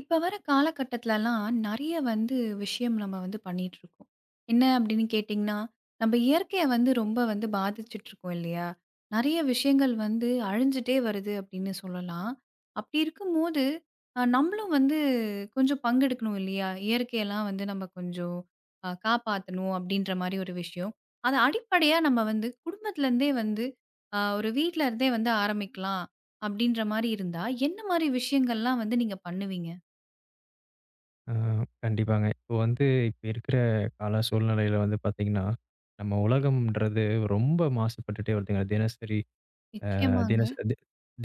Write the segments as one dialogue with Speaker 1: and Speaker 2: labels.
Speaker 1: இப்ப வர காலகட்டத்துலலாம் நெறைய வந்து விஷயம் நம்ம வந்து பண்ணிட்டுருக்கோம். என்ன அப்படின்னு கேட்டிங்கன்னா, நம்ம இயற்கைய வந்து ரொம்ப வந்து பாதிச்சுட்டுருக்கோம் இல்லையா? நெறைய விஷயங்கள் வந்து அழிஞ்சுட்டே வருது அப்படின்னு சொல்லலாம். அப்படி இருக்கும்போது, நம்மளும் வந்து கொஞ்சம் பங்கெடுக்கணும் இல்லையா? இயற்கையெல்லாம் வந்து நம்ம கொஞ்சம் காப்பாத்தணும் அப்படின்ற மாரி ஒரு விஷயம். அத அடிப்படையா நம்ம வந்து குடும்பத்துலேருந்தே வந்து ஒரு வீட்ல இருந்தே வந்து ஆரம்பிக்கலாம் அப்படின்ற மாரி இருந்தா, என்ன மாரி விஷயங்கள்லாம் வந்து நீங்க பண்ணுவீங்க?
Speaker 2: ஆ, கண்டிப்பாங்க. இப்போ வந்து இப்ப இருக்கிற கால சூழ்நிலையில வந்து பார்த்தீங்கன்னா, நம்ம உலகம்ன்றது ரொம்ப மாசுபட்டுட்டே வருதுங்க. தினசரி அ
Speaker 1: நிச்சயமாங்க.
Speaker 2: தினச தி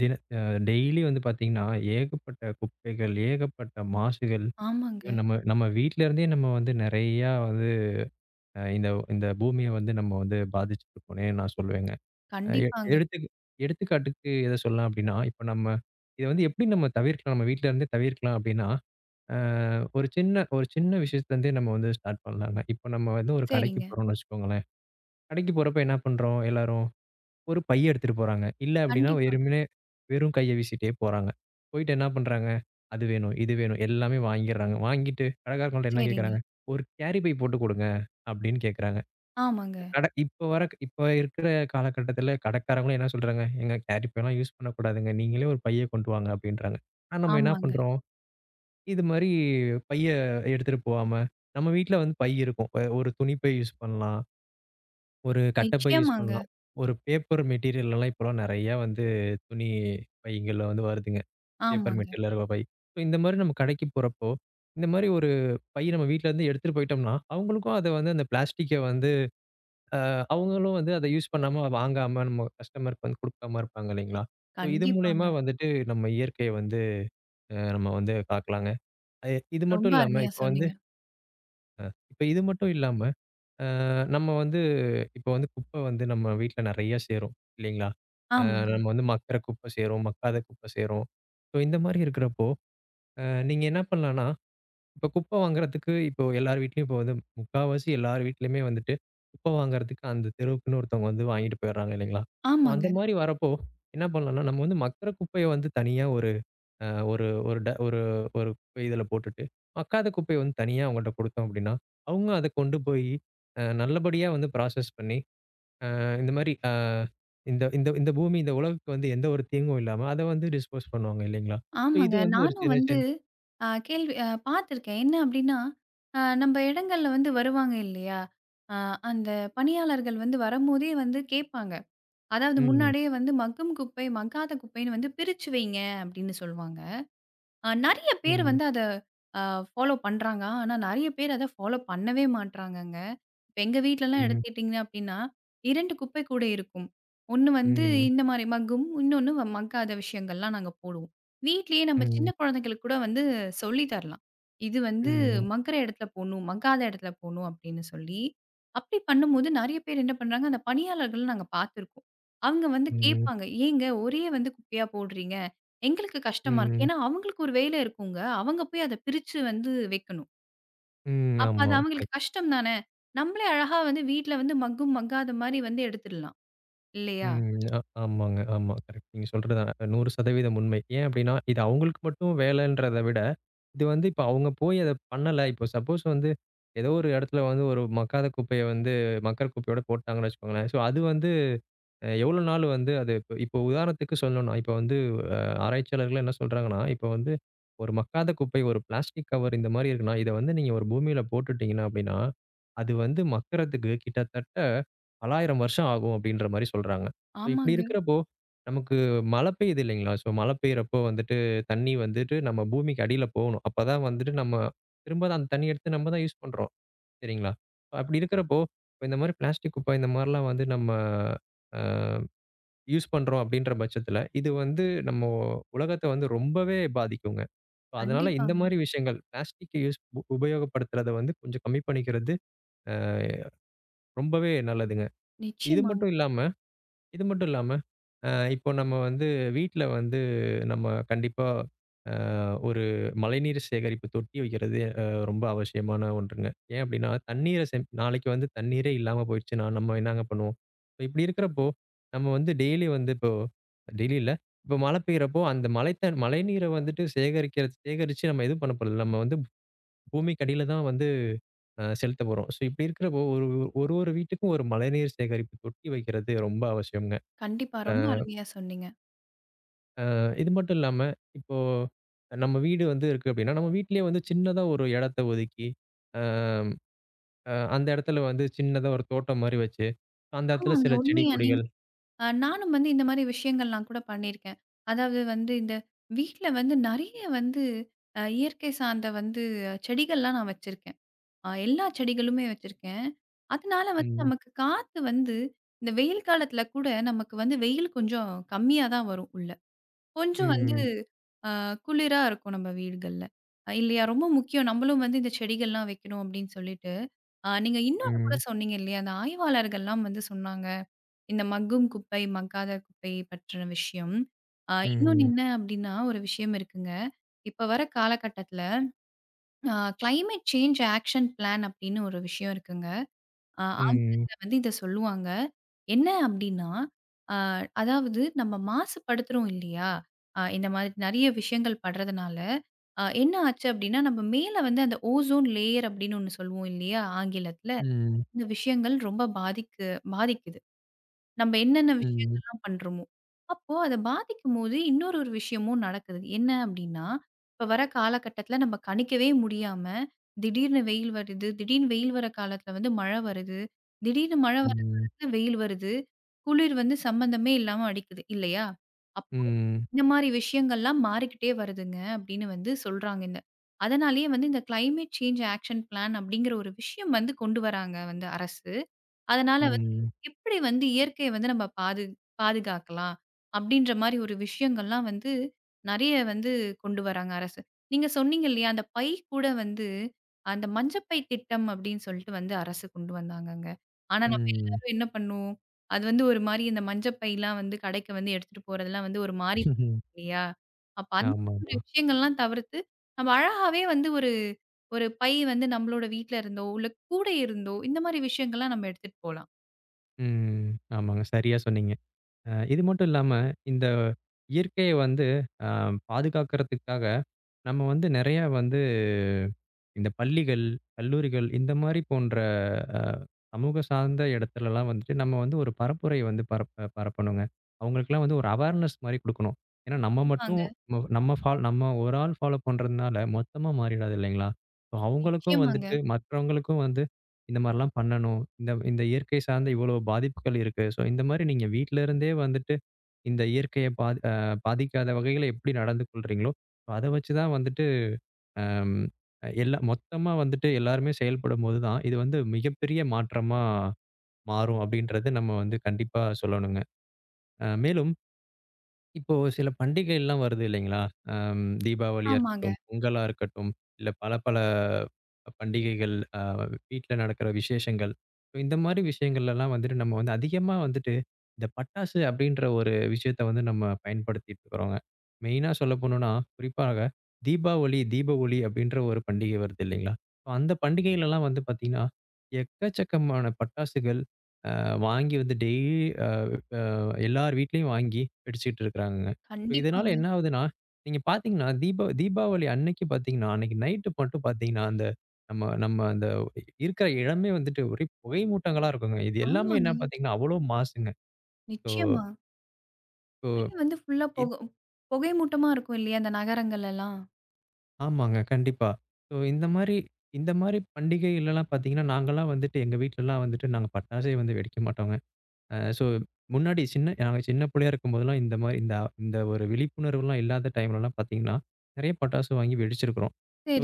Speaker 2: தின அ டெய்லி வந்து பார்த்தீங்கன்னா, ஏகப்பட்ட குப்பைகள், ஏகப்பட்ட மாசுகள்,
Speaker 1: ஆமாங்க.
Speaker 2: ஐயோ, நம்ம நம்ம வீட்ல இருந்தே நம்ம வந்து நெறையா வந்து அ இந்த இந்த பூமிய வந்து நம்ம வந்து பாதிச்சிட்டுருக்கோன்னே நான் சொல்லுவேங்க. அ எ
Speaker 1: கண்டிப்பாங்க.
Speaker 2: எடுத்துக் எடுத்துக்காட்டுக்கு எத சொல்லலாம் அப்டின்னா, இப்ப நம்ம இத வந்து எப்டி நம்ம தவிர்க்கலாம்? நம்ம வீட்ல இருந்தே தவிர்க்கலாம் அப்டின்னா அ ஒரு சின்ன விஷயத்துலேருந்தே நம்ம வந்து ஸ்டார்ட் பண்ணலாங்க. இப்போ நம்ம வந்து ஒரு கடைக்கு
Speaker 1: சரிங்க.
Speaker 2: போறோம்னு வச்சுக்கோங்களேன். கடைக்கு போறப்ப என்ன பண்றோம் எல்லாரும்? ஒரு பை எடுத்துட்டு போறாங்க. இல்ல அப்படின்னா
Speaker 1: கண்டிப்பா.
Speaker 2: வெறுமனே வெறும் கைய வீசிட்டே போறாங்க. போயிட்டு என்ன பண்றாங்க? அது வேணும், இது வேணும் எல்லாமே வாங்கிடுறாங்க. வாங்கிட்டு கடைக்காரங்கள்ட்ட என்ன
Speaker 1: சரிங்க.
Speaker 2: கேட்குறாங்க? "ஒரு கேரி பை போட்டு குடுங்க" அப்படின்னு கேட்குறாங்க.
Speaker 1: ஆமாங்க,
Speaker 2: இப்போ இருக்கிற காலகட்டத்தில கடைக்காரங்களும் என்ன சொல்றாங்க? "ஏங்க கேரி பைலாம் யூஸ் பண்ணக்கூடாதுங்க. நீங்களே ஒரு பைய கொண்டு வாங்க" அப்படின்றாங்க. ஆனா நம்ம என்ன
Speaker 1: ஆமாங்க.
Speaker 2: பண்றோம்? இது மாரி பைய எடுத்துட்டு போவாம, நம்ம வீட்ல வந்து பை இருக்கும். ஒரு துணி பை யூஸ் பண்ணலாம். ஒரு கட்டப்பை யூஸ்
Speaker 1: நிச்சயமாங்க.
Speaker 2: பண்ணலாம். ஒரு பேப்பர் மெட்டீரியல்லாம் இப்பலாம் நெறையா வந்து துணி பைகள்ல வந்து வருதுங்க. பேப்பர்
Speaker 1: ஆமாங்க.
Speaker 2: மெட்டீரியல்ல இருக்க பை. ஸோ இந்த மாரி நம்ம கடைக்கு போறப்போ, இந்த மாரி ஒரு பை நம்ம வீட்லருந்து எடுத்துட்டு போயிட்டோம்னா, அவங்களுக்கும் அத வந்து அந்த பிளாஸ்டிக்க வந்து அ அவங்களும் வந்து அத யூஸ் பண்ணாம வாங்காம நம்ம கஸ்டமருக்கு வந்து குடுக்காம இருப்பாங்க இல்லைங்களா? ஸோ இது மூலியமா
Speaker 1: கண்டிப்பாங்க.
Speaker 2: வந்துட்டு நம்ம இயற்கைய வந்து நம்ம வந்து காக்கலாங்க. அ இது
Speaker 1: ரொம்ப
Speaker 2: மட்டும் இல்லாம
Speaker 1: அருமையா
Speaker 2: இப்ப வந்து
Speaker 1: சொன்னீங்க.
Speaker 2: இப்ப இது மட்டும் இல்லாம, நம்ம வந்து இப்ப வந்து குப்பை வந்து நம்ம வீட்ல நெறைய சேரும் இல்லைங்களா? அ
Speaker 1: ஆமாங்க,
Speaker 2: நம்ம வந்து மக்குற குப்பை சேரும், மக்காத குப்பை சேரும். ஸோ இந்த மாரி இருக்கிறப்போ, அ நீங்க என்ன பண்ணலான்னா, இப்ப குப்பை வாங்குறதுக்கு இப்போ எல்லார் வீட்லயும் இப்போ வந்து முக்காவாசி எல்லார் வீட்லயுமே வந்துட்டு, குப்பை வாங்குறதுக்கு அந்த தெருவுக்குன்னு ஒருத்தவங்க வந்து வாங்கிட்டு போயிடுறாங்க இல்லைங்களா? அப்போ
Speaker 1: ஆமாங்க,
Speaker 2: அந்த மாரி வரப்போ என்ன பண்ணலான்னா, நம்ம வந்து மக்குற குப்பைய வந்து தனியா ஒரு அ ஒரு ஒரு ட ஒரு ஒரு இதில போட்டுட்டு, மக்காத குப்பைய வந்து தனியா அவங்கள்ட்ட குடுத்தோம் அப்டின்னா, அவங்க அத கொண்டு போயி, நல்லபடியா வந்து ப்ராசஸ் பண்ணி, அ இந்த மாரி அ இந்த இந்த இந்த பூமி, இந்த உலகுக்கு வந்து எந்த ஒரு தீங்கும் இல்லாம அத வந்து டிஸ்போஸ் பண்ணுவாங்க இல்லைங்களா? ஸோ இது
Speaker 1: ஆமாங்க.
Speaker 2: வந்து ஒரு
Speaker 1: நானும்
Speaker 2: சின்ன
Speaker 1: வந்து கேள்வி பார்த்துருக்கேன். என்ன அப்டின்னா, நம்ப இடங்கள்ல வந்து வருவாங்க இல்லையா? அ அந்த பணியாளர்கள் வந்து வரம்போதே வந்து கேட்பாங்க. அதாவது
Speaker 2: ம்,
Speaker 1: முன்னாடியே வந்து மக்கும் குப்பை, மக்காத குப்பைன்னு வந்து பிரிச்சு வைங்க அப்டின்னு சொல்வாங்க. நெறைய
Speaker 2: ம்,
Speaker 1: பேர்
Speaker 2: ம்,
Speaker 1: வந்து அத அ ஃபாலோ பண்றாங்க. ஆனா நெறைய பேர் அத ஃபாலோ பண்ணவே மாட்றாங்கங்க. இப்ப எங்க வீட்லலாம்
Speaker 2: ம்,
Speaker 1: எடுத்துக்கிட்டீங்க அப்டின்னா, 2 குப்பை கூடை இருக்கும். ஒண்ணு வந்து
Speaker 2: ம்,
Speaker 1: இந்த மாரி மக்கும், இன்னொன்னு மக்காத விஷயங்கள்லாம் நாங்க போடுவோம். வீட்லயே நம்ம சின்ன குழந்தைங்களுக்கு கூட வந்து சொல்லி தரலாம். இது வந்து
Speaker 2: ம்,
Speaker 1: மக்குற இடத்துல போடணும், மக்காத இடத்துல போடணும் அப்டின்னு சொல்லி. அப்டி பண்ணும்போது நெறைய பேர் என்ன பண்றாங்க, அந்த பணியாளர்கள நாங்க பார்த்துருக்கோம். அவங்க வந்து
Speaker 2: ம்,
Speaker 1: கேட்பாங்க, "ஏங்க ஒரே வந்து குப்பையா போடுறீங்க? எங்களுக்கு கஷ்டமா இருக்கு."
Speaker 2: ம்,
Speaker 1: ஏன்னா அவங்களுக்கு ஒரு வேலை இருக்குங்க. அவங்க போய் அத பிரிச்சு வந்து வைக்கணும்.
Speaker 2: ம்.
Speaker 1: அப்ப
Speaker 2: ஆமா.
Speaker 1: அது அவங்களுக்கு
Speaker 2: கரெக்ட்.
Speaker 1: கஷ்டம் தானே! நம்மளே அழகா வந்து வீட்ல வந்து மக்கும் மக்காத மாரி வந்து எடுத்துடலாம். இல்லையா?
Speaker 2: ம். ஆமாங்க. ஆமா. கரெக்ட். நீங்க சொல்றது 100% உண்மை. ஏன் அப்டின்னா, இது அவங்களுக்கு மட்டும் வேலைன்றத விட இது வந்து இப்ப அவங்க போய் அத பண்ணல. இப்போ சப்போஸ் வந்து ஏதோ ஒரு இடத்துல வந்து ஒரு மக்காத குப்பைய வந்து மக்கர் குப்பையோட போட்டாங்கன்னு வச்சுக்கோங்களேன். ஸோ அது வந்து எவ்வளோ நாள் வந்து அது இப்போ உதாரணத்துக்கு சொல்லணும்னா, இப்போ வந்து அ ஆராய்ச்சியாளர்கள் என்ன சொல்றாங்கன்னா, இப்போ வந்து ஒரு மக்காத குப்பை, ஒரு பிளாஸ்டிக் கவர் இந்த மாரி இருக்குன்னா, இத வந்து நீங்க ஒரு பூமியில போட்டுட்டீங்கன்னா அப்படின்னா, அது வந்து மக்குறதுக்கு கிட்டத்தட்ட பல்லாயிரம் வருஷம் ஆகும் அப்படின்ற மாரி சொல்றாங்க. ஸோ இப்படி
Speaker 1: ஆமாங்க.
Speaker 2: இருக்கிறப்போ, நமக்கு மழை பெய்யுது இல்லைங்களா? ஸோ மழை பெய்யறப்போ வந்துட்டு தண்ணி வந்துட்டு நம்ம பூமிக்கு அடியில போகணும். அப்பதான் வந்துட்டு நம்ம திரும்ப அந்த தண்ணி எடுத்து நம்ம தான் யூஸ் பண்றோம். சரிங்களா? அப்படி இருக்கிறப்போ, இப்ப இந்த மாரி பிளாஸ்டிக் குப்பை இந்த மாரிலாம் வந்து நம்ம அ யூஸ் பண்றோம் அப்படின்ற பட்சத்துல, இது வந்து நம்ம உலகத்த வந்து ரொம்பவே பாதிக்குங்க. இப்ப அதனால இந்த
Speaker 1: கண்டிப்பாங்க.
Speaker 2: மாரி விஷயங்கள் பிளாஸ்டிக் யூஸ் உபயோகப்படுத்துறத வந்து கொஞ்சம் கம்மி பண்ணிக்கிறது ரொம்பவே நல்லதுங்க. இது
Speaker 1: நிச்சயமாங்க.
Speaker 2: மட்டும் இல்லாம இது மட்டும் இல்லாம, அ இப்போ நம்ம வந்து வீட்ல வந்து நம்ம கண்டிப்பா அ ஒரு மழைநீர் சேகரிப்பு தொட்டி வைக்கிறது ரொம்ப அவசியமான ஒன்றுங்க. ஏன் அப்டின்னா, தண்ணீர செம் நாளைக்கு வந்து தண்ணீரே இல்லாம போயிடுச்சுன்னா, நம்ம என்னங்க பண்ணுவோம்? இப்ப இப்டி இருக்கிறப்போ, நம்ம வந்து டெய்லி வந்து இப்போ டெய்லி இல்ல. இப்போ மழை பெய்யறப்போ அந்த மழைநீரை வந்துட்டு சேகரிக்கிறது சேகரிச்சு நம்ம எதுவும் பண்ண போறதில்ல. நம்ம வந்து பூமிக்கு அடியில தான் வந்து செலுத்த போறோம். ஸோ இப்டி இருக்கிறப்போ, ஒரு ஒரு ஒரு வீட்டுக்கும் ஒரு மழைநீர் சேகரிப்பு தொட்டி வைக்கிறது ரொம்ப அவசியம்ங்க.
Speaker 1: கண்டிப்பா. ரொம்ப அருமையா சொன்னீங்க.
Speaker 2: இது மட்டும் இல்லாம, இப்போ நம்ம வீடு வந்து இருக்கு அப்படின்னா, நம்ம வீட்டிலேயே வந்து சின்னதா ஒரு இடத்த ஒதுக்கி, அ அ அந்த இடத்துல வந்து சின்னதா ஒரு தோட்டம் மாரி வச்சு, அந்த இடத்துல
Speaker 1: ஆமாங்க.
Speaker 2: சில செடி
Speaker 1: உண்மையா நீங்க
Speaker 2: கொடிகள்
Speaker 1: நானும் வந்து இந்த மாரி விஷயங்கள்லாம் கூட பண்ணியிருக்கேன். அதாவது வந்து இந்த வீட்ல வந்து நெறைய வந்து இயற்கை சார்ந்த வந்து செடிகள்லாம் நான் வச்சிருக்கேன். எல்லா செடிகளுமே வச்சிருக்கேன். அதனால வந்து
Speaker 2: ம்,
Speaker 1: நமக்கு காத்து வந்து இந்த வெயில் காலத்துல கூட நமக்கு வந்து வெயில் கொஞ்சம் கம்மியா தான் வரும் உள்ள. கொஞ்சம் வந்து
Speaker 2: ம்,
Speaker 1: குளிரா இருக்கும் நம்ம வீடுகள்ல. இல்லையா? ரொம்ப முக்கியம். நம்மளும் வந்து இந்த செடிகள்லாம் வைக்கணும் அப்படின்னு சொல்லிட்டு, நீங்க இன்னொன்னு கூட
Speaker 2: ம்,
Speaker 1: சொன்னீங்க இல்லையா? அந்த ஆய்வாளர்கள்லாம் வந்து சொன்னாங்க. இந்த மக்கும் குப்பை, மக்காத குப்பை பற்றின விஷயம். இன்னொன்னு
Speaker 2: ம்,
Speaker 1: என்ன அப்படின்னா, ஒரு விஷயம் இருக்குங்க. இப்ப வர காலகட்டத்தில அ கிளைமேட் சேஞ்ச் ஆக்ஷன் பிளான் அப்படின்னு ஒரு விஷயம் இருக்குங்க.
Speaker 2: ம், ம்,
Speaker 1: ஆங்கிலத்துல வந்து இத சொல்லுவாங்க. என்ன அப்டின்னா, அ அதாவது நம்ம மாசுபடுத்துறோம் இல்லையா? இந்த மாதிரி நெறைய விஷயங்கள் படுறதுனால, என்ன ஆச்சு அப்டின்னா, நம்ம மேல வந்து அந்த ஓசோன் லேயர் அப்டின்னு ஒண்ணு சொல்லுவோம் இல்லையா? ஆங்கிலத்துல.
Speaker 2: ம்,
Speaker 1: இந்த விஷயங்கள் ரொம்ப பாதிக்குது. நம்ம என்னென்ன
Speaker 2: ம்,
Speaker 1: விஷயங்கள்லாம் பண்றோமோ! அப்போ அத பாதிக்கும்போது இன்னொரு ஒரு விஷயமும் நடக்குது. என்ன அப்டின்னா, இப்ப வர காலகட்டத்தில நம்ம கணிக்கவே முடியாம, திடீர்னு வெயில் வருது, திடீர்னு வெயில் வர காலத்தில வந்து மழை வருது, திடீர்னு மழை வர காலத்தில வெயில் வருது, குளிர் வந்து சம்மந்தமே இல்லாம அடிக்குது இல்லையா?
Speaker 2: ம்,
Speaker 1: இந்த மாரி விஷயங்கள்லாம் மாறிக்கிட்டே வருதுங்க அப்படின்னு வந்து சொல்றாங்க. இந்த அதனாலேயே வந்து இந்த கிளைமேட் சேஞ்ச் ஆக்ஷன் பிளான் அப்படிங்கிற ஒரு விஷயம் வந்து கொண்டு வராங்க வந்து அரசு. அதனால வந்து
Speaker 2: ம்,
Speaker 1: எப்படி வந்து இயற்கையை வந்து நம்ம பாதுகாக்கலாம் அப்படின்ற மாரி ஒரு விஷயங்கள்லாம் வந்து நெறைய வந்து கொண்டு வராங்க அரசு. நீங்க சொன்னீங்க இல்லையா? அந்த பை கூட வந்து அந்த மஞ்சப்பை திட்டம் அப்படின்னு சொல்லிட்டு வந்து அரசு கொண்டு வந்தாங்கங்க. ஆனா நம்ம
Speaker 2: ம்.
Speaker 1: எல்லாரும் என்ன பண்ணுவோம்? அது வந்து ஒரு மாரி இந்த மஞ்சப்பைலாம் வந்து கடைக்கு வந்து எடுத்துட்டு போறதெல்லாம் வந்து ஒரு மாரி இல்லையா? அப்ப அந்த மாதிரி ஒரு
Speaker 2: ஆமாமா.
Speaker 1: விஷயங்கள்லாம் தவிர்த்து, நம்ம அழகாவே வந்து ஒரு ஒரு பை வந்து நம்மளோட வீட்ல இருந்தோ, இல்ல கூடை இருந்தோ, இந்த மாரி விஷயங்கள்லாம் நம்ம எடுத்துட்டு போலாம்.
Speaker 2: ம். ஆமாங்க. சரியா சொன்னீங்க. இது மட்டும் இல்லாம, இந்த இயற்கைய வந்து அ பாதுகாக்கிறதுக்காக, நம்ம வந்து நெறையா வந்து இந்த பள்ளிகள், கல்லூரிகள் இந்த மாரி போன்ற அ சமூக சார்ந்த இடத்துலலாம் வந்துட்டு நம்ம வந்து ஒரு பரப்புரைய வந்து பரப்பணுங்க. அவங்களுக்கெல்லாம் வந்து ஒரு அவேர்னஸ் மாரி குடுக்கணும். ஏன்னா நம்ம மட்டும்
Speaker 1: கண்டிப்பாங்க.
Speaker 2: ம நம்ம ஃபால் நம்ம ஒரு ஆள் ஃபாலோ பண்றதுனால மொத்தமா மாறிடாது இல்லைங்களா? ஸோ அவங்களுக்கும்
Speaker 1: நிச்சயமாங்க.
Speaker 2: வந்துட்டு மற்றவங்களுக்கும் வந்து இந்த மாரிலாம் பண்ணணும். இந்த இந்த இயற்கை சார்ந்த இவ்வளோ பாதிப்புகள் இருக்கு. ஸோ இந்த மாரி நீங்க வீட்ல இருந்தே வந்துட்டு இந்த இயற்கைய பாதிக்காத வகையில எப்படி நடந்து கொள்றீங்களோ, அத வச்சு தான் வந்துட்டு அம் எல்லா மொத்தமா வந்துட்டு எல்லாருமே செயல்படும்போது தான், இது வந்து மிகப்பெரிய மாற்றமா மாறும் அப்படின்றது நம்ம வந்து கண்டிப்பா சொல்லணுங்க. மேலும் இப்போ சில பண்டிகைலாம் வருது இல்லைங்களா? தீபாவளியா
Speaker 1: ஆமாங்க.
Speaker 2: இருக்கட்டும், பொங்கலா இருக்கட்டும், இல்ல பல பல பண்டிகைகள், வீட்ல நடக்கிற விசேஷங்கள். ஸோ இந்த மாரி விஷயங்கள்லலாம் வந்துட்டு நம்ம வந்து அதிகமா வந்துட்டு, இந்த பட்டாசு அப்படின்ற ஒரு விஷயத்த வந்து நம்ம பயன்படுத்திட்டு இருக்கிறோங்க. மெயினா சொல்லப் போனோம்னா, குறிப்பாக தீபாவளி, தீப ஒளி அப்படின்ற ஒரு பண்டிகை வருது இல்லைங்களா? ஸோ அந்த பண்டிகையிலலாம் வந்து பார்த்தீங்கன்னா, எக்கச்சக்கமான பட்டாசுகள் அ வாங்கி வந்து டெய்லி எல்லார் வீட்லயும் வாங்கி வெடிச்சுட்டு இருக்கிறாங்கங்க. இப்ப இதனால
Speaker 1: கண்டிப்பாங்க.
Speaker 2: என்ன ஆகுதுன்னா, நீங்க பார்த்தீங்கன்னா, தீபாவளி அன்னைக்கு பார்த்தீங்கன்னா, அன்னைக்கு நைட்டு மட்டும் பார்த்தீங்கன்னா, அந்த நம்ம நம்ம அந்த இருக்கிற இடமே வந்துட்டு ஒரே புகை மூட்டங்களா இருக்குங்க. இது எல்லாமே என்ன
Speaker 1: ஆமாங்க.
Speaker 2: பார்த்தீங்கன்னா, அவ்வளோ மாசுங்க. ஸோ
Speaker 1: நிச்சயமா.
Speaker 2: ஸோ
Speaker 1: ஒரே வந்து ஃபுல்லா
Speaker 2: இத்
Speaker 1: புகை மூட்டமா இருக்கும் இல்லையா? அந்த நகரங்கள் எல்லாம்.
Speaker 2: ஆமாங்க. கண்டிப்பா. ஸோ இந்த மாரி பண்டிகைலலாம் பார்த்தீங்கன்னா, நாங்கலாம் வந்துட்டு எங்க வீட்லலாம் வந்துட்டு நாங்க பட்டாசே வந்து வெடிக்க மாட்டோங்க. அ ஸோ முன்னாடி நாங்க சின்ன பிள்ளையா இருக்கும்போதெல்லாம் இந்த மாரி இந்த இந்த ஒரு விழிப்புணர்வுலாம் இல்லாத டைம்லலாம் பார்த்தீங்கன்னா, நெறைய பட்டாசு வாங்கி வெடிச்சிருக்கிறோம்.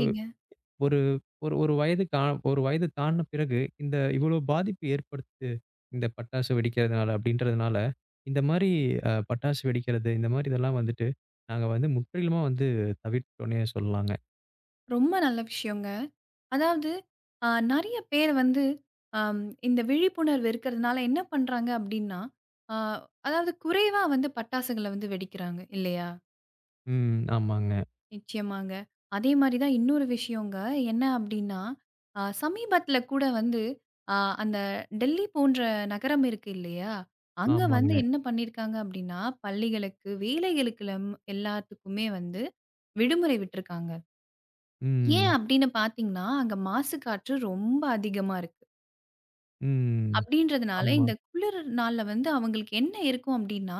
Speaker 2: ஒ ஒரு ஒரு ஒரு வயது தா ஒரு வயது தாண்டின பிறகு இந்த இவ்வளோ பாதிப்பு ஏற்படுத்து இந்த பட்டாசு வெடிக்கிறதுனால அப்படின்றதுனால, இந்த மாரி பட்டாசு வெடிக்கிறது, இந்த மாரி இதெல்லாம் வந்துட்டு நாங்க வந்து முற்றிலுமா வந்து தவிர்த்துட்டோன்னே சொல்லலாங்க.
Speaker 1: ரொம்ப நல்ல விஷயங்க. அதாவது நெறைய பேர் வந்து அம் இந்த விழிப்புணர்வு இருக்கிறதுனால என்ன பண்றாங்க அப்டின்னா, அ அதாவது குறைவா வந்து பட்டாசுகள வந்து வெடிக்கிறாங்க இல்லையா?
Speaker 2: ம். ஆமாங்க,
Speaker 1: நிச்சயமாங்க. அதே மாரி தான் இன்னொரு விஷயங்க. என்ன அப்டின்னா, சமீபத்தில கூட வந்து அ அந்த டெல்லி போன்ற நகரம் இருக்கு இல்லையா? அங்க வந்து
Speaker 2: ஆமாங்க.
Speaker 1: என்ன பண்ணியிருக்காங்க அப்டின்னா, பள்ளிகளுக்கு, வேலைகளுக்கு எல்லாம் எல்லாத்துக்குமே வந்து விடுமுறை விட்டுருக்காங்க. ஏன்
Speaker 2: ம்,
Speaker 1: அப்படின்னு பார்த்தீங்கன்னா, அங்க மாசு காற்று ரொம்ப அதிகமா இருக்கு.
Speaker 2: ம்.
Speaker 1: அப்படின்றதுனால,
Speaker 2: ஆமா.
Speaker 1: இந்த குளிர் நாள்ல வந்து அவங்களுக்கு என்ன இருக்கும் அப்படின்னா,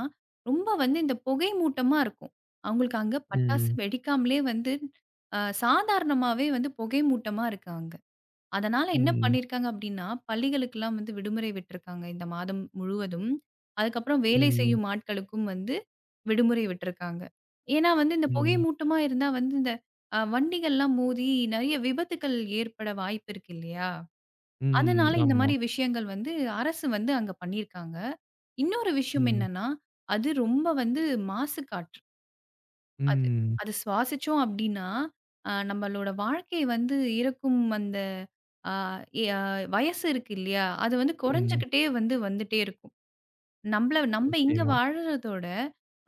Speaker 1: ரொம்ப வந்து இந்த புகை மூட்டமா இருக்கும். அவங்களுக்கு அங்க பட்டாசு
Speaker 2: ம்,
Speaker 1: வெடிக்காமலே வந்து, சாதாரணமாவே வந்து புகை மூட்டமா இருக்கு அங்க. அதனால என்ன
Speaker 2: ம்,
Speaker 1: பண்ணியிருக்காங்க அப்டின்னா, பள்ளிகளுக்கெல்லாம் வந்து விடுமுறை விட்டுருக்காங்க இந்த மாதம் முழுவதும். அதுக்கப்புறம் ம். வேலை
Speaker 2: ம்,
Speaker 1: செய்யும் ஆட்களுக்கும் வந்து விடுமுறை விட்டுருக்காங்க. ஏன்னா வந்து இந்த புகை
Speaker 2: ம்,
Speaker 1: மூட்டமா இருந்தா வந்து இந்த வண்டிகள்லாம் மோதி நெறைய விபத்துக்கள் ஏற்பட வாய்ப்பு இருக்கு இல்லையா?
Speaker 2: ம்,
Speaker 1: அதனால இந்த
Speaker 2: ஆமா.
Speaker 1: மாரி விஷயங்கள் வந்து அரசு வந்து அங்க பண்ணியிருக்காங்க. இன்னொரு விஷயம்
Speaker 2: ம்.
Speaker 1: என்னன்னா, அது ரொம்ப வந்து மாசு காற்று. அது
Speaker 2: ம்.
Speaker 1: அது சுவாசிச்சோம் அப்டின்னா, நம்மளோட வாழ்க்கை வந்து இருக்கும் அந்த அ எ அ வயசு இருக்கு இல்லையா? அது வந்து
Speaker 2: ம்.
Speaker 1: குறைஞ்சுகிட்டே வந்து வந்துட்டே இருக்கும். நம்பள நம்ப இங்க
Speaker 2: நிச்சயமா.
Speaker 1: வாழ்றதோட,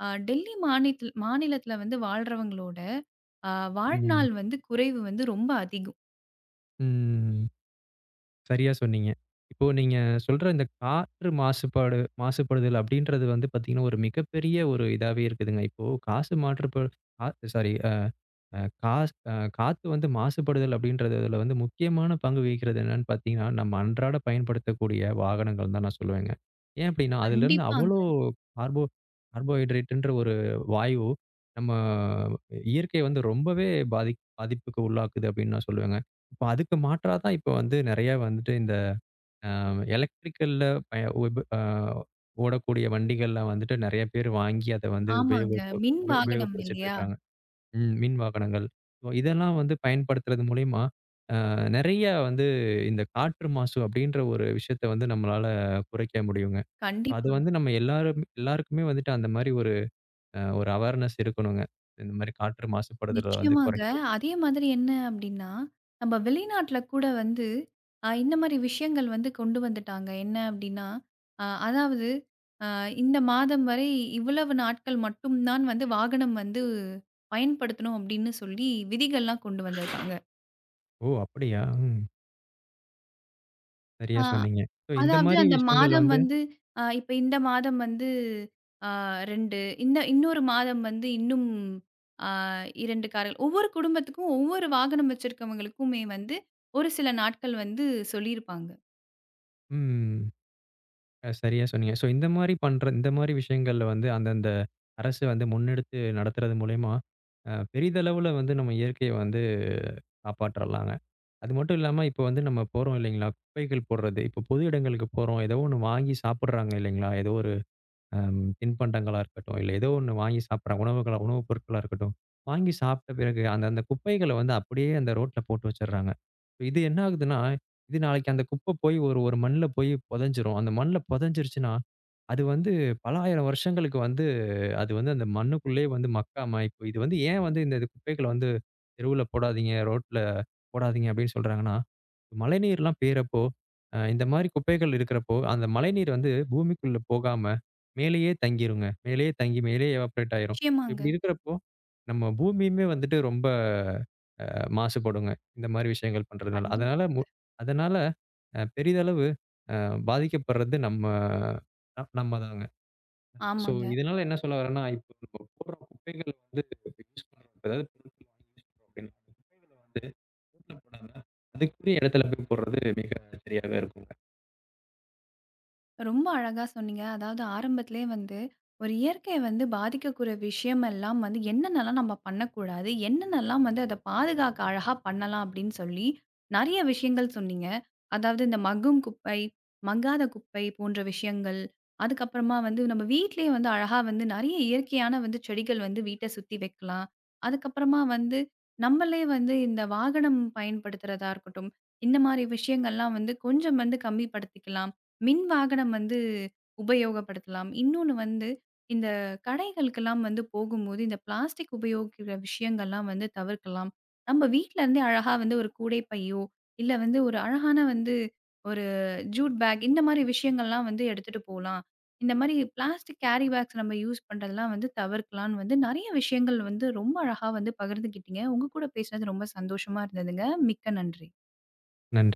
Speaker 1: டெல்லி மாநிலத்தில வந்து வாழ்றவங்களோட, அ
Speaker 2: ம்.
Speaker 1: வாழ்நாள் வந்து குறைவு வந்து ரொம்ப அதிகம்.
Speaker 2: ம். சரியா சொன்னீங்க. இப்போ நீங்க சொல்ற இந்த காற்று மாசுபடுதல் அப்படின்றது வந்து பார்த்தீங்கன்னா, ஒரு மிகப்பெரிய ஒரு இதாவே இருக்குதுங்க. இப்போ காசு மாற்றுப்ப கா சாரி. அ காஸ் அ காத்து வந்து மாசுபடுதல் அப்படின்றதுல வந்து முக்கியமான பங்கு வகிக்கிறது என்னன்னு பார்த்தீங்கன்னா, நம்ம அன்றாட பயன்படுத்தக்கூடிய வாகனங்கள் தான் நான் சொல்லுவேங்க. ஏன் அப்படின்னா, அதிலிருந்து
Speaker 1: கண்டிப்பாங்க.
Speaker 2: அவ்வளோ கார்போ கார்போஹைட்ரேட்ன்ற ஒரு வாயு நம்ம இயற்கையை வந்து ரொம்பவே பாதிப்புக்கு உள்ளாக்குது அப்படின்னு நான் சொல்லுவேங்க. இப்ப அதுக்கு மாற்றா தான் இப்ப வந்து நெறைய வந்துட்டு இந்த அ எலக்ட்ரிக்கல்ல பய உப அ ஓடக்கூடிய வண்டிகள்லாம் வந்துட்டு நெறைய பேர் வாங்கி அத வந்து
Speaker 1: ஆமாங்க.
Speaker 2: உபயோகத்த
Speaker 1: மின்
Speaker 2: உப
Speaker 1: வாகனம்
Speaker 2: உபயோகப்படுத்திட்டு
Speaker 1: இல்லையா?
Speaker 2: இருக்காங்க. ம். மின் வாகனங்கள். இப்போ இதெல்லாம் வந்து பயன்படுத்துறது மூலியமா, நெறைய வந்து இந்த காற்று மாசு அப்படின்ற ஒரு விஷயத்த வந்து நம்மளால குறைக்க முடியுங்க. அது
Speaker 1: கண்டிப்பாங்க.
Speaker 2: வந்து நம்ம எல்லாரும் எல்லாருக்குமே வந்துட்டு அந்த மாரி ஒரு அவேர்னஸ் இருக்கணுங்க. இந்த மாரி காற்று மாசுபடுதல வந்து
Speaker 1: நிச்சயமாங்க.
Speaker 2: குறைக்கிறது.
Speaker 1: அதே மாதிரி என்ன அப்டின்னா, நம்ம வெளிநாட்ல கூட வந்து இந்த மாரி விஷயங்கள் வந்து கொண்டு வந்துட்டாங்க. என்ன அப்டின்னா, அதாவது அ இந்த மாதம் வரை இவ்வளவு நாட்கள் மட்டும் தான் வந்து வாகனம் வந்து பயன்படுத்தணும் அப்டின்னு சொல்லி விதிகள்லாம் கொண்டு வந்திருக்காங்க.
Speaker 2: ஓ! அப்படியா? ம். சரியா
Speaker 1: அ
Speaker 2: சொன்னீங்க. ஸோ இந்த
Speaker 1: அதாவது
Speaker 2: மாரி
Speaker 1: அந்த
Speaker 2: விஷயங்கள்
Speaker 1: மாதம்
Speaker 2: வந்து
Speaker 1: வந்து இப்ப இந்த மாதம் வந்து அ 2 இந்த இன்னொரு மாதம் வந்து இன்னும் அ 2 கார்கள். ஒவ்வொரு குடும்பத்துக்கும் ஒவ்வொரு வாகனம் வச்சிருக்கவங்களுக்குமே வந்து ஒரு சில நாட்கள் வந்து சொல்லியிருப்பாங்க.
Speaker 2: ம். சரியா சொன்னீங்க. ஸோ இந்த மாரி விஷயங்கள்ல வந்து அந்தந்த அரசு வந்து முன்னெடுத்து நடத்துறது மூலியமா, பெரிதளவுல வந்து நம்ம இயற்கைய வந்து காப்பாற்றலாம். அது மட்டும் இல்லாம, இப்ப வந்து நம்ம போறோம் இல்லைங்களா? குப்பைகள் போடுறது. இப்ப பொது இடங்களுக்கு போறோம். ஏதோ ஒண்ணு வாங்கி சாப்பிடுறாங்க இல்லைங்களா? ஏதோ ஒரு தின்பண்டங்களா இருக்கட்டும், இல்ல ஏதோ ஒண்ணு வாங்கி சாப்பிடுறாங்க. உணவுப் பொருட்களா இருக்கட்டும். வாங்கி சாப்பிட்ட பிறகு அந்த அந்த குப்பைகள வந்து அப்படியே அந்த ரோட்ல போட்டு வச்சுடுறாங்க. இது என்ன ஆகுதுன்னா, இது நாளைக்கு அந்த குப்பை போய் ஒரு ஒரு மண்ல போய் புதைஞ்சிரும். அந்த மண்ல புதைஞ்சிருச்சுன்னா, அது வந்து பல 1000 வருஷங்களுக்கு வந்து அது வந்து அந்த மண்ணுக்குள்ளேயே வந்து மக்காம, இப்போ இது வந்து ஏன் வந்து இந்த குப்பைகள வந்து தெருவுல போடாதீங்க, ரோட்ல போடாதீங்க அப்படின்னு சொல்றாங்கன்னா, மழைநீர்லாம் பெய்றப்போ, இந்த மாரி குப்பைகள் இருக்கிறப்போ, அந்த மழைநீர் வந்து பூமிக்குள்ள போகாம மேலேயே தங்கிருங்க. மேலேயே தங்கி மேலேயே எவாப்ரேட் ஆயிரும்.
Speaker 1: நிச்சயமாங்க.
Speaker 2: இப்படி இருக்கிறப்போ, நம்ம பூமியுமே வந்துட்டு ரொம்ப மாசுபடுங்க. இந்த மாரி விஷயங்கள் பண்றதுனால.
Speaker 1: கண்டிப்பா.
Speaker 2: அதனால பெரிதளவு அ பாதிக்கப்படுறது நம்ம நம்ம தாங்க. ஸோ,
Speaker 1: ஆமாங்க.
Speaker 2: இதனால என்ன சொல்ல வரேன்னா, இப்போ நம்ம போடுற குப்பைகள் வந்து யூஸ் பண்றோம். அதாவது பொருட்கள் வாங்கி யூஸ் பண்றோம் அப்படின்னா, அந்த குப்பைகள வந்து ரோட்ல போடாம, அதுக்குரிய இடத்துல போய் போடுறது மிக சரியாவே இருக்குங்க.
Speaker 1: ரொம்ப அழகா சொன்னீங்க. அதாவது ஆரம்பத்திலேயே வந்து, ஒரு இயற்கைய வந்து பாதிக்கக்கூடிய விஷயமெல்லாம் வந்து என்னென்னலாம் நம்ம பண்ணக்கூடாது? என்னென்னலாம் வந்து அத பாதுகாக்க அழகா பண்ணலாம் அப்படின்னு சொல்லி, நெறைய விஷயங்கள் சொன்னீங்க. அதாவது இந்த மக்கும் குப்பை, மக்காத குப்பை போன்ற விஷயங்கள். அதுக்கப்புறமா வந்து நம்ம வீட்லயே வந்து அழகா வந்து நெறைய இயற்கையான வந்து செடிகள் வந்து வீட்ட சுத்தி வைக்கலாம். அதுக்கப்புறமா வந்து நம்மளே வந்து இந்த வாகனம் பயன்படுத்துறதா இருக்கட்டும். இந்த மாரி விஷயங்கள்லாம் வந்து கொஞ்சம் வந்து கம்மிப்படுத்திக்கலாம். மின் வாகனம் வந்து உபயோகப்படுத்தலாம். இன்னொன்னு வந்து, இந்த கடைகளுக்கெல்லாம் வந்து போகும்போது, இந்த பிளாஸ்டிக் உபயோகிக்கிற விஷயங்கள்லாம் வந்து தவிர்க்கலாம். நம்ம வீட்ல இருந்தே அழகா வந்து ஒரு கூடை பையோ, இல்ல வந்து ஒரு அழகான வந்து ஒரு ஜூட் பேக் இந்த மாரி விஷயங்கள்லாம் வந்து எடுத்துட்டு போலாம். இந்த மாரி பிளாஸ்டிக் கேரி பேக்ஸ் நம்ம யூஸ் பண்றதெல்லாம் வந்து தவிர்க்கலான்னு வந்து நெறைய விஷயங்கள் வந்து ரொம்ப அழகா வந்து பகிர்ந்துக்கிட்டீங்க. உங்க கூட பேசினது ரொம்ப சந்தோஷமா இருந்ததுங்க. மிக்க நன்றி.
Speaker 2: நன்றி.